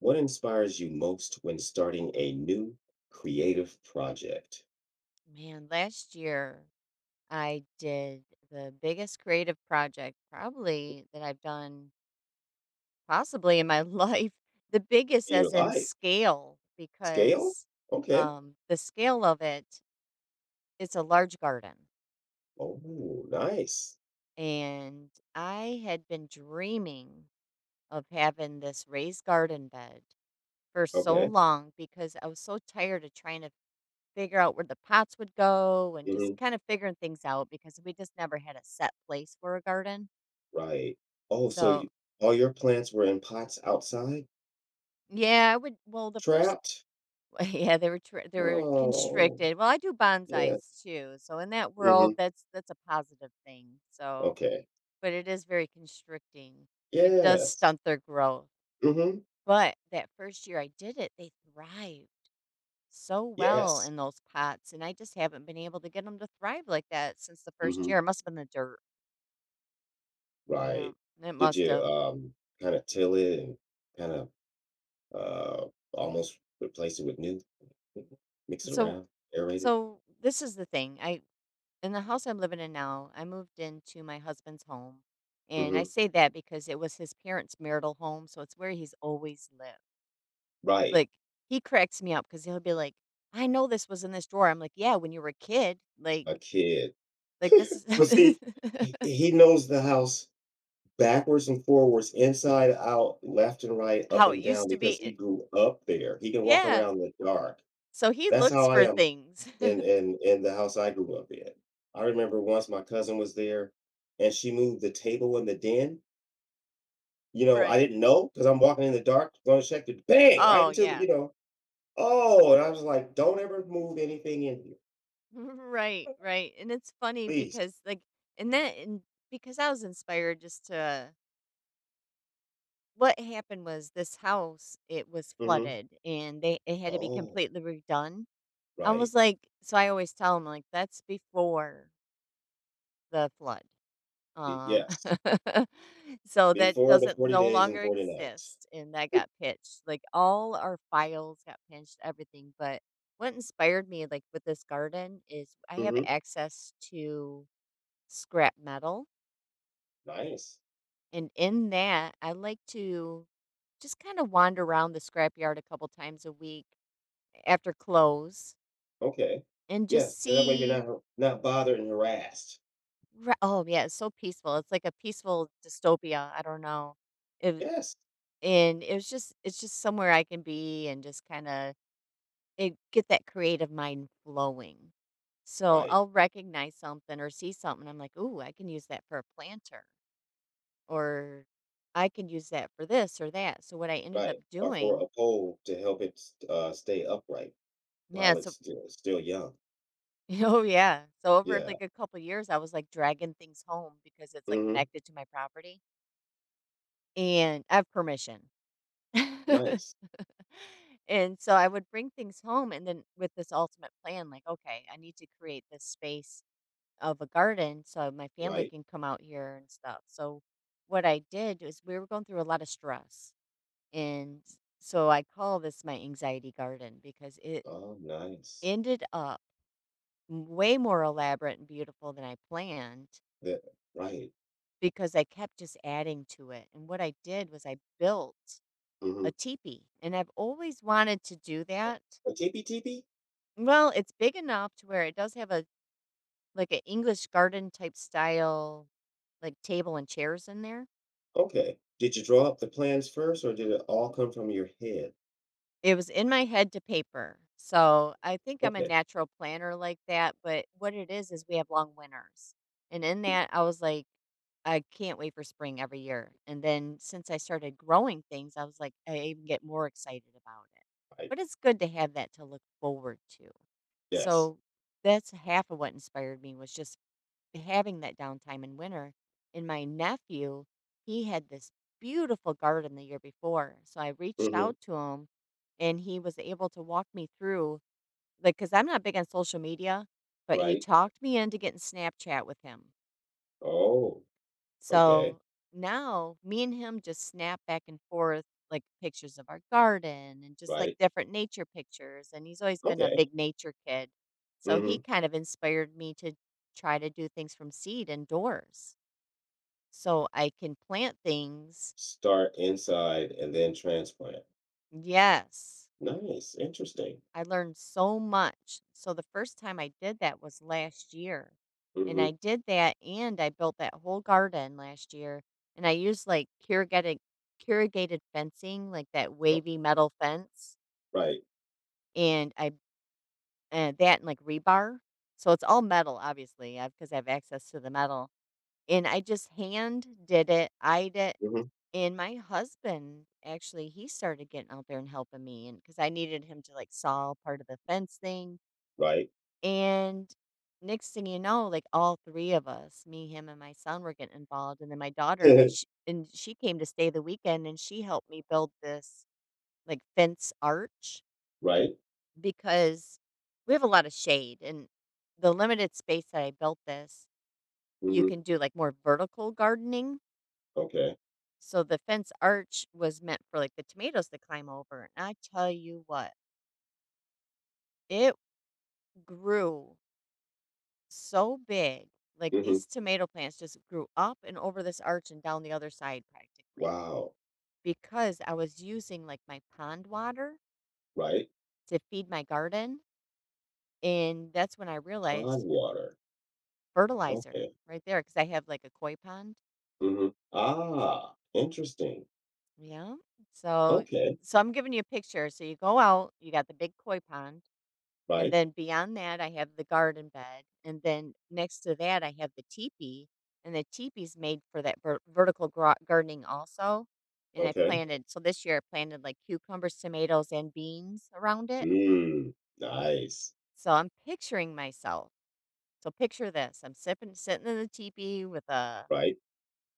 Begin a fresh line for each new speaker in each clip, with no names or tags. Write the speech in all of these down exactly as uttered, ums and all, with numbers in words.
What inspires you most when starting a new creative project
Man, last year I did the biggest creative project probably that I've done possibly in my life. The biggest
in your
as in
life?
scale
Scale?
because
Okay.
um the scale of it, it's a large garden.
Oh, nice.
And I had been dreaming of having this raised garden bed for so
Okay.
long because I was so tired of trying to figure out where the pots would go and
hmm
just kind of figuring things out because we just never had a set place for a garden.
Right. Oh, so you,
So,
all your plants were in pots outside,
yeah, I would well, the first
trapped?
yeah, they were tr they were
Oh,
constricted. Well, I do
yeah.
bonsais too, so in that
hmm
world, that's that's a positive thing, so
Okay.
but it is very constricting. It does
Yes.
stunt their growth,
hmm
but that first year I did it, they thrived so well
Yes.
in those pots, and I just haven't been able to get them to thrive like that since the first
hmm
year. It must've been the dirt. Yeah,
Right.
it
Did you
must've.
um kind of till it and kind of uh, almost replace it with new, mix it
So
around, aerate it.
so this is the thing, I in the house I'm living in now, I moved into my husband's home. And I
Mhm,
say that because it was his parents' marital home. So it's where he's always lived.
right,
Like, he cracks me up because he'll be like, I know this was in this drawer. I'm like, yeah, when you were a kid, like,
a kid.
like this is
But
this
see,
is
he he knows the house backwards and forwards, inside out, left and right, up
how it
and down
used to
because
be.
he
It-
grew up there. He can walk
Yeah.
around in the dark.
So he
That's how
looks
I
for
am
things.
in in in the house I grew up in. I remember once my cousin was there and she moved the table in the den. You know, I
Right.
didn't know because 'cause I'm walking in the dark, gonna check it, bang, right
Oh,
into the
yeah.
you know, oh, and I was like, "Don't ever move anything in here,
Right. Right. And it's funny
please."
because, like, and then, and because I was inspired just to, what happened was this house it was
Mhm.
flooded and they it had to be
Oh,
completely redone. I
right.
was like, so I always tell them like that's before the flood.
Be
um
yes.
so that
Before the
doesn't
forty
no
days and
longer
forty nights.
exist and that got pitched like all our files got pinched everything, but what inspired me like with this garden is I have
Mhm.
access to scrap metal.
Nice.
And in that, I like to just kind of wander around the scrapyard a couple times a week after close
Okay.
and
Yes,
just
that way you're not
see.
har not bothered and harassed.
ra- Oh, yeah, it's so peaceful. It's like a peaceful dystopia. I don't know. If
Yes.
and it's just it's just somewhere I can be and just kind of get that creative mind flowing. So
Right,
I'll recognize something or see something. I'm like, ooh, I can use that for a planter, or I can use that for this or that. So what I ended up
right. Or for
doing,
a pole to help it s uh, stay upright
yeah.
while it's
So
still still young.
oh, yeah. So over
Yeah.
like a couple years, I was like dragging things home because it's like
Mhm.
connected to my property and I have permission.
Nice,
And so I would bring things home and then with this ultimate plan, like, okay, I need to create this space of a garden so my family
right?
can come out here and stuff. So what I did is we were going through a lot of stress. And so I call this my anxiety garden because it
Oh, nice.
ended up m- way more elaborate and beautiful than I planned
The right.
because I kept just adding to it, and what I did was I built
Mhm.
a teepee, and I've always wanted to do that.
A a teepee teepee?
Well, it's big enough to where it does have a like, an English garden type style, like, table and chairs in there.
Okay. Did you draw up the plans first or did it all come from your head?
It was in my head to paper. So I think I'm a
Okay.
natural planner like that. But what it is, is we have long winters. And in
Mm,
that, I was like, I can't wait for spring every year. And then since I started growing things, I was like, I even get more excited about it.
right.
But it's good to have that to look forward to.
Yes.
So that's half of what inspired me was just having that downtime in winter. And my nephew, he had this beautiful garden the year before. So I reached
hmm
out to him and he was able to walk me through, like, because I'm not big on social media, but he
Right.
talked me into getting Snapchat with him.
Oh, okay.
So now me and him just snap back and forth like pictures of our garden and just like
Right.
different nature pictures. And he's always been a
Okay.
big nature kid. So he
hmm
kind of inspired me to try to do things from seed indoors so I can plant things.
Start inside and then transplant.
Yes,
Nice. Interesting.
I learned so much. So the first time I did that was last year. And
hmm
I did that and I built that whole garden last year. And I used like corrugated corrugated fencing, like that wavy metal fence,
right.
and I uh, that and like rebar. So it's all metal, obviously, because I have access to the metal. And I just hand did it, eyed it,
hmm
and my husband, actually, he started getting out there and helping me, and because I needed him to like saw part of the fence thing.
Right.
And next thing you know, like all three of us, me, him, and my son, were getting involved. And then my daughter, when she and she came to stay the weekend, and she helped me build this like fence arch
right.
because we have a lot of shade and the limited space that I built this, you
hmm
can do like more vertical gardening.
Okay.
So the fence arch was meant for like the tomatoes to climb over. And I tell you what, it grew so big. Like these
hmm
tomato plants just grew up and over this arch and down the other side practically
Wow.
because I was using like my pond water
Right.
to feed my garden. And that's when I
Pond
realized uh,
water.
fertilizer
Okay.
right there because I have like a koi pond.
hmm Ah, interesting.
Yeah. So,
Okay.
so I'm giving you a picture. So you go out, you got the big koi pond. And
Right.
then beyond that, I have the garden bed. And then next to that, I have the teepee. And the teepee's made for that ver- vertical gro- gardening also. And I
Okay.
planted, so this year I planted like cucumbers, tomatoes, and beans around it.
Mm, nice.
So I'm picturing myself. So picture this. I'm sipping, sitting in the teepee with a
Right,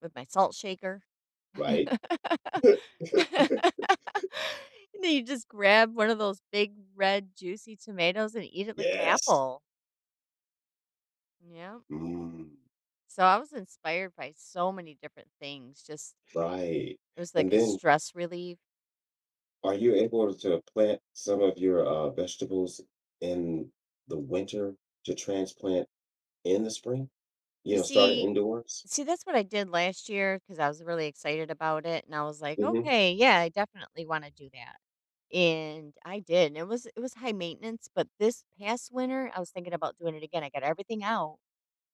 with my salt shaker. And
right.
then you just grab one of those big red juicy tomatoes and eat it like an
Yes.
apple. Yeah.
Mm,
So I was inspired by so many different things. Just
right.
it was
And
like a
then
stress relief.
are you able to plant some of your, uh, vegetables in the winter to transplant in the spring? You
You
know, start it
see,
indoors?
see that's what I did last year because I was really excited about it, and I was like,
Mhm.
okay, yeah, I definitely want to do that. And I did. And it was it was high maintenance, but this past winter I was thinking about doing it again. I got everything out,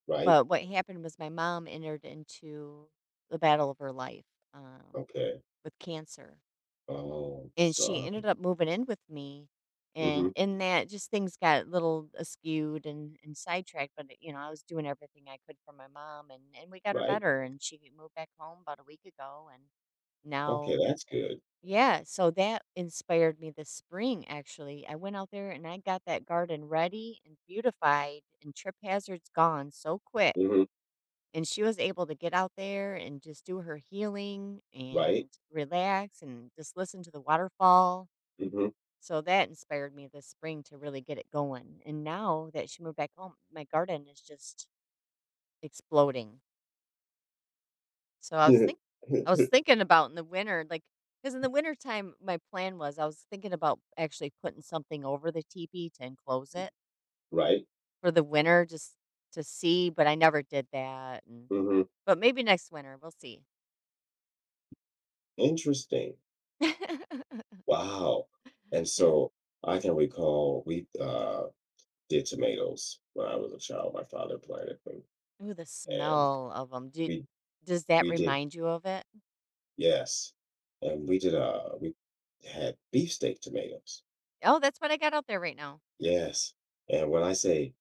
Right.
but what happened was my mom entered into the battle of her life um,
Okay.
with cancer
Oh,
and she ended
sorry.
up moving in with me. And
Mhm.
in that, just things got a little askewed and, and sidetracked. But, you know, I was doing everything I could for my mom, and, and we got her
Right.
better. And she moved back home about a week ago. And
Okay,
now,
that's good.
yeah, so that inspired me this spring, actually. I went out there and I got that garden ready and beautified, and trip hazards gone so quick.
Mhm.
And she was able to get out there and just do her healing
Right.
and relax and just listen to the waterfall
Mhm.
so that inspired me this spring to really get it going. And now that she moved back home, my garden is just exploding. So I was think I was thinking about in the winter, like because in the winter time my plan was I was thinking about actually putting something over the teepee to enclose it
Right.
for the winter just to see, but I never did that. And
Mhm.
but maybe next winter we'll see.
Interesting. Wow. And
Yeah.
so I can recall we, uh did tomatoes when I was a child. My father planted them,
Ooh, the
and
smell of them. Do,
we
does that
we did
remind you of it?
yes, and we did uh we had beefsteak tomatoes.
Oh, that's what I got out there right now.
Yes, and when I say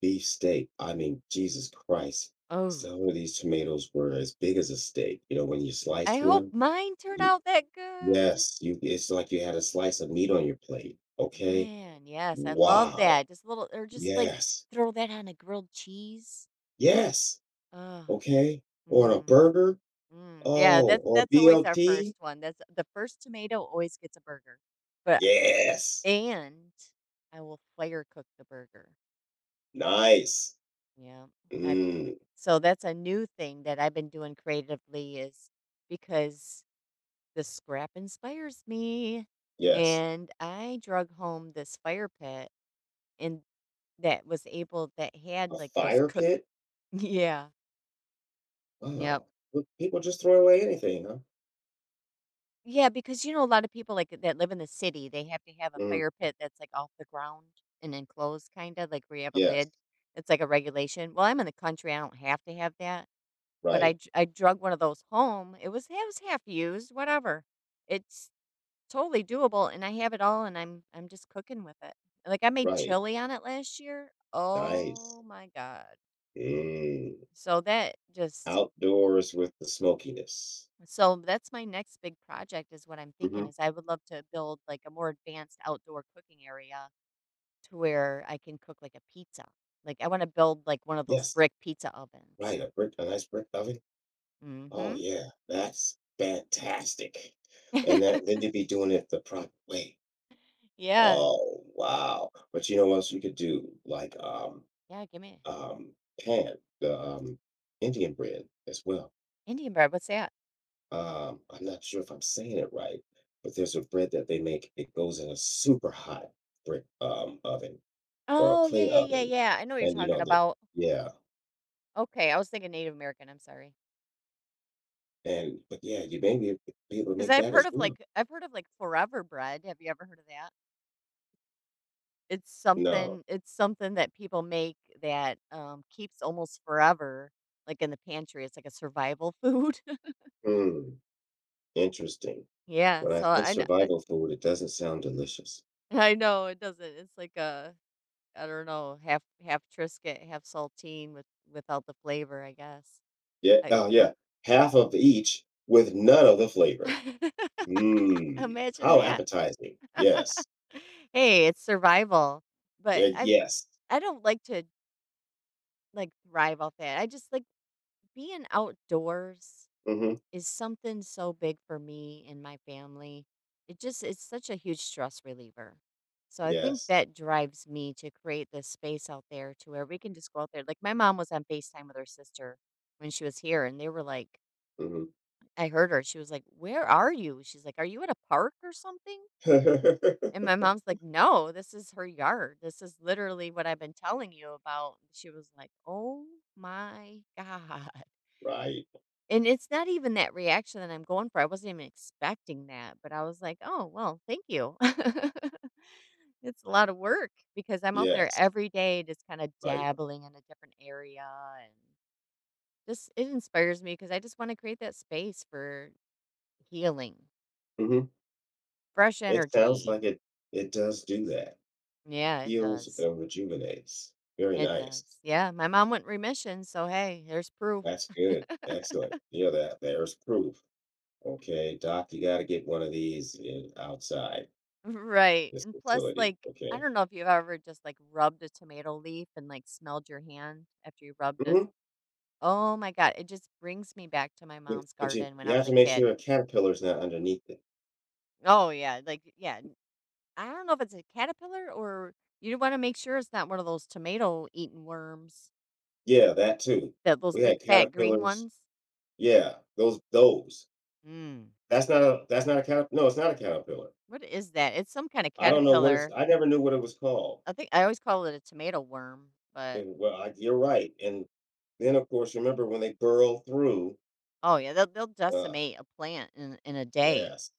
beefsteak, I mean Jesus Christ.
Oh.
Some of these tomatoes were as big as a steak. You know, when you
I
sliced
hope
one,
mine turn
you,
out that good.
yes, you it's like you had a slice of meat on your plate. Okay,
Man, yes, I love
wow,
that. Just a little, or just like
yes,
throw that on a grilled cheese.
yes,
Oh,
okay, or on a
mm,
burger.
mm. Yeah,
Oh,
that's
or
that's always our
B L T.
first one. That's the first tomato always gets a burger, but
Yes.
and I will fire cook the burger.
Nice.
Yeah, I
Mm,
so that's a new thing that I've been doing creatively is because the scrap inspires me,
yes.
and I drug home this fire pit. And that was able that had,
A
like, those
fire
cook
pit?
yeah. Yep.
Wow. Well, people just throw away anything, huh?
Yeah, because, you know, a lot of people, like, that live in the city, they have to have a
Mm,
fire pit that's, like, off the ground and enclosed kinda, like, where you have a
yes.
lid. It's like a regulation. Well, I'm in the country, I don't have to have that, but I
Right,
dr I drug one of those home. It was it was half used, whatever. It's totally doable, and I have it all, and I'm I'm just cooking with it. Like, I made
right.
chili on it last year.
Nice.
Oh my god.
Mm.
So that just
Outdoors with the smokiness.
So that's my next big project. Is what I'm thinking
Mhm.
is I would love to build like a more advanced outdoor cooking area to where I can cook like a pizza. Like, I want to build like one of those
Yes.
brick pizza ovens.
Right, a brick a nice brick oven.
Mm.
Oh,
Mhm.
yeah. That's fantastic. And that then you'd be doing it the proper way.
Yeah.
Oh, wow. But you know what else you could do? Like, um
Yeah, give me
um, pan, the um, Indian bread as well.
Indian bread. What's that?
Um, I'm not sure if I'm saying it right, but there's a bread that they make. It goes in a super hot brick um, oven or a
Oh, yeah,
clay
yeah, yeah,
oven,
yeah. I know what you're
and you know
talking
the
about.
yeah,
Okay, I was thinking Native American. I'm sorry.
and but yeah, you may be, be able to
Cuz
make
I've
that as
heard of
well.
like I've heard of like forever bread. Have you ever heard of that? It's
No,
something it's something that people make that, um, keeps almost forever, like, in the pantry. It's like a survival food.
hmm, interesting.
Yeah,
When I
so
think
I kn I
survival food, it doesn't sound delicious.
I know it doesn't. It's like a, I don't know, half half Triscuit, half saltine with without the flavor, I guess.
Yeah,
I
oh yeah, half of each with none of the flavor. Mmm,
Imagine
how
that.
appetizing. Yes.
Hey, it's survival, but
Uh,
I'm
yes.
I don't like to, like, thrive off that. I just like being outdoors
Mhm.
is something so big for me and my family. It just it's such a huge stress reliever. So I think
Yes.
that drives me to create this space out there, to where we can just go out there. Like, my mom was on FaceTime with her sister when she was here, and they were like
Mhm.
I heard her. She was like, "Where are you?" She's like, "Are you at a park or something?" And my mom's like, "No, this is her yard. This is literally what I've been telling you about." She was like, "Oh my god."
Right.
And it's not even that reaction that I'm going for. I wasn't even expecting that, but I was like, "Oh, well, thank you." It's a lot of work because I'm out there
Yes.
every day just kinda
Right.
dabbling in a different area, and just it inspires me because I just wanna create that space for healing,
Mhm.
fresh
It sounds
energy.
like it it does do that.
Yeah, it
Heals
does.
and rejuvenates. Very
It
nice.
does. Yeah, my mom went in remission, so hey, there's proof.
That's good. Excellent. Yeah, that there's proof. Okay, doc, you gotta get one of these in outside
Right,
this
and plus,
facility,
like, I
okay?
don't know if you've ever just, like, rubbed a tomato leaf and, like, smelled your hand after you rubbed this.
Mhm.
Oh my god, it just brings me back to my
You
mom's
but you
garden when
you
I was
have to
a
make
kid.
sure a caterpillar's not underneath it.
Oh, yeah, like, yeah, n I don't know if it's a caterpillar, or you wanna make sure it's not one of those tomato-eating worms,
Yeah, that too.
that those
We
big,
had
fat, green
caterpillars.
ones.
Yeah, those those.
Mm,
That's not a that's not a cat no, it's not a caterpillar.
what is that? It's some kinda
I don't know what it's
caterpillar.
I never knew what it was called,
I think I always call it a tomato worm, but,
and, well, I you're right, and then, of course, remember when they burrow through
oh, yeah, they'll they'll
ugh,
decimate a plant in in a day.
yes,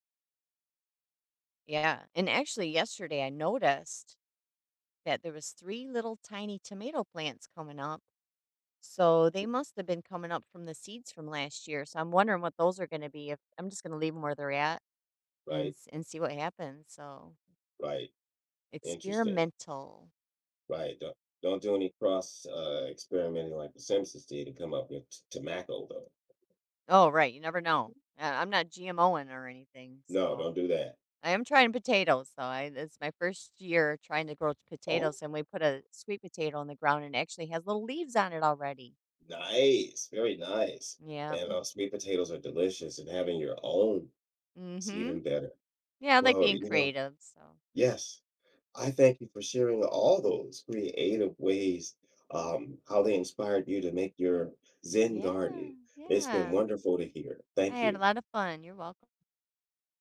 Yeah, and actually yesterday I noticed that there was three little tiny tomato plants coming up. So they must have been coming up from the seeds from last year. So I'm wondering what those are going to be, if I'm just going to leave them where they're at and
right,
s- and see what happens. So,
right, interesting,
experimental.
right, don't don't do any cross, uh, experimenting like The Simpsons did and come up with t tobacco, though.
Oh, right, you never know. Uh, I'm not GMOing or anything.
No,
So
don't do that.
I am trying potatoes. So I it's my first year trying to grow
Oh,
potatoes, and we put a sweet potato in the ground, and it actually has little leaves on it already.
nice, very nice,
Yeah.
and, uh, sweet potatoes are delicious, and having your own is
Mhm.
even better.
Yeah, I like
Well,
being
you know
creative, so
yes. I thank you for sharing all those creative ways, um, how they inspired you to make your Zen
yeah,
garden. It's been
yeah.
wonderful to hear.
I
Thank
had a
you.
lot of fun. You're welcome.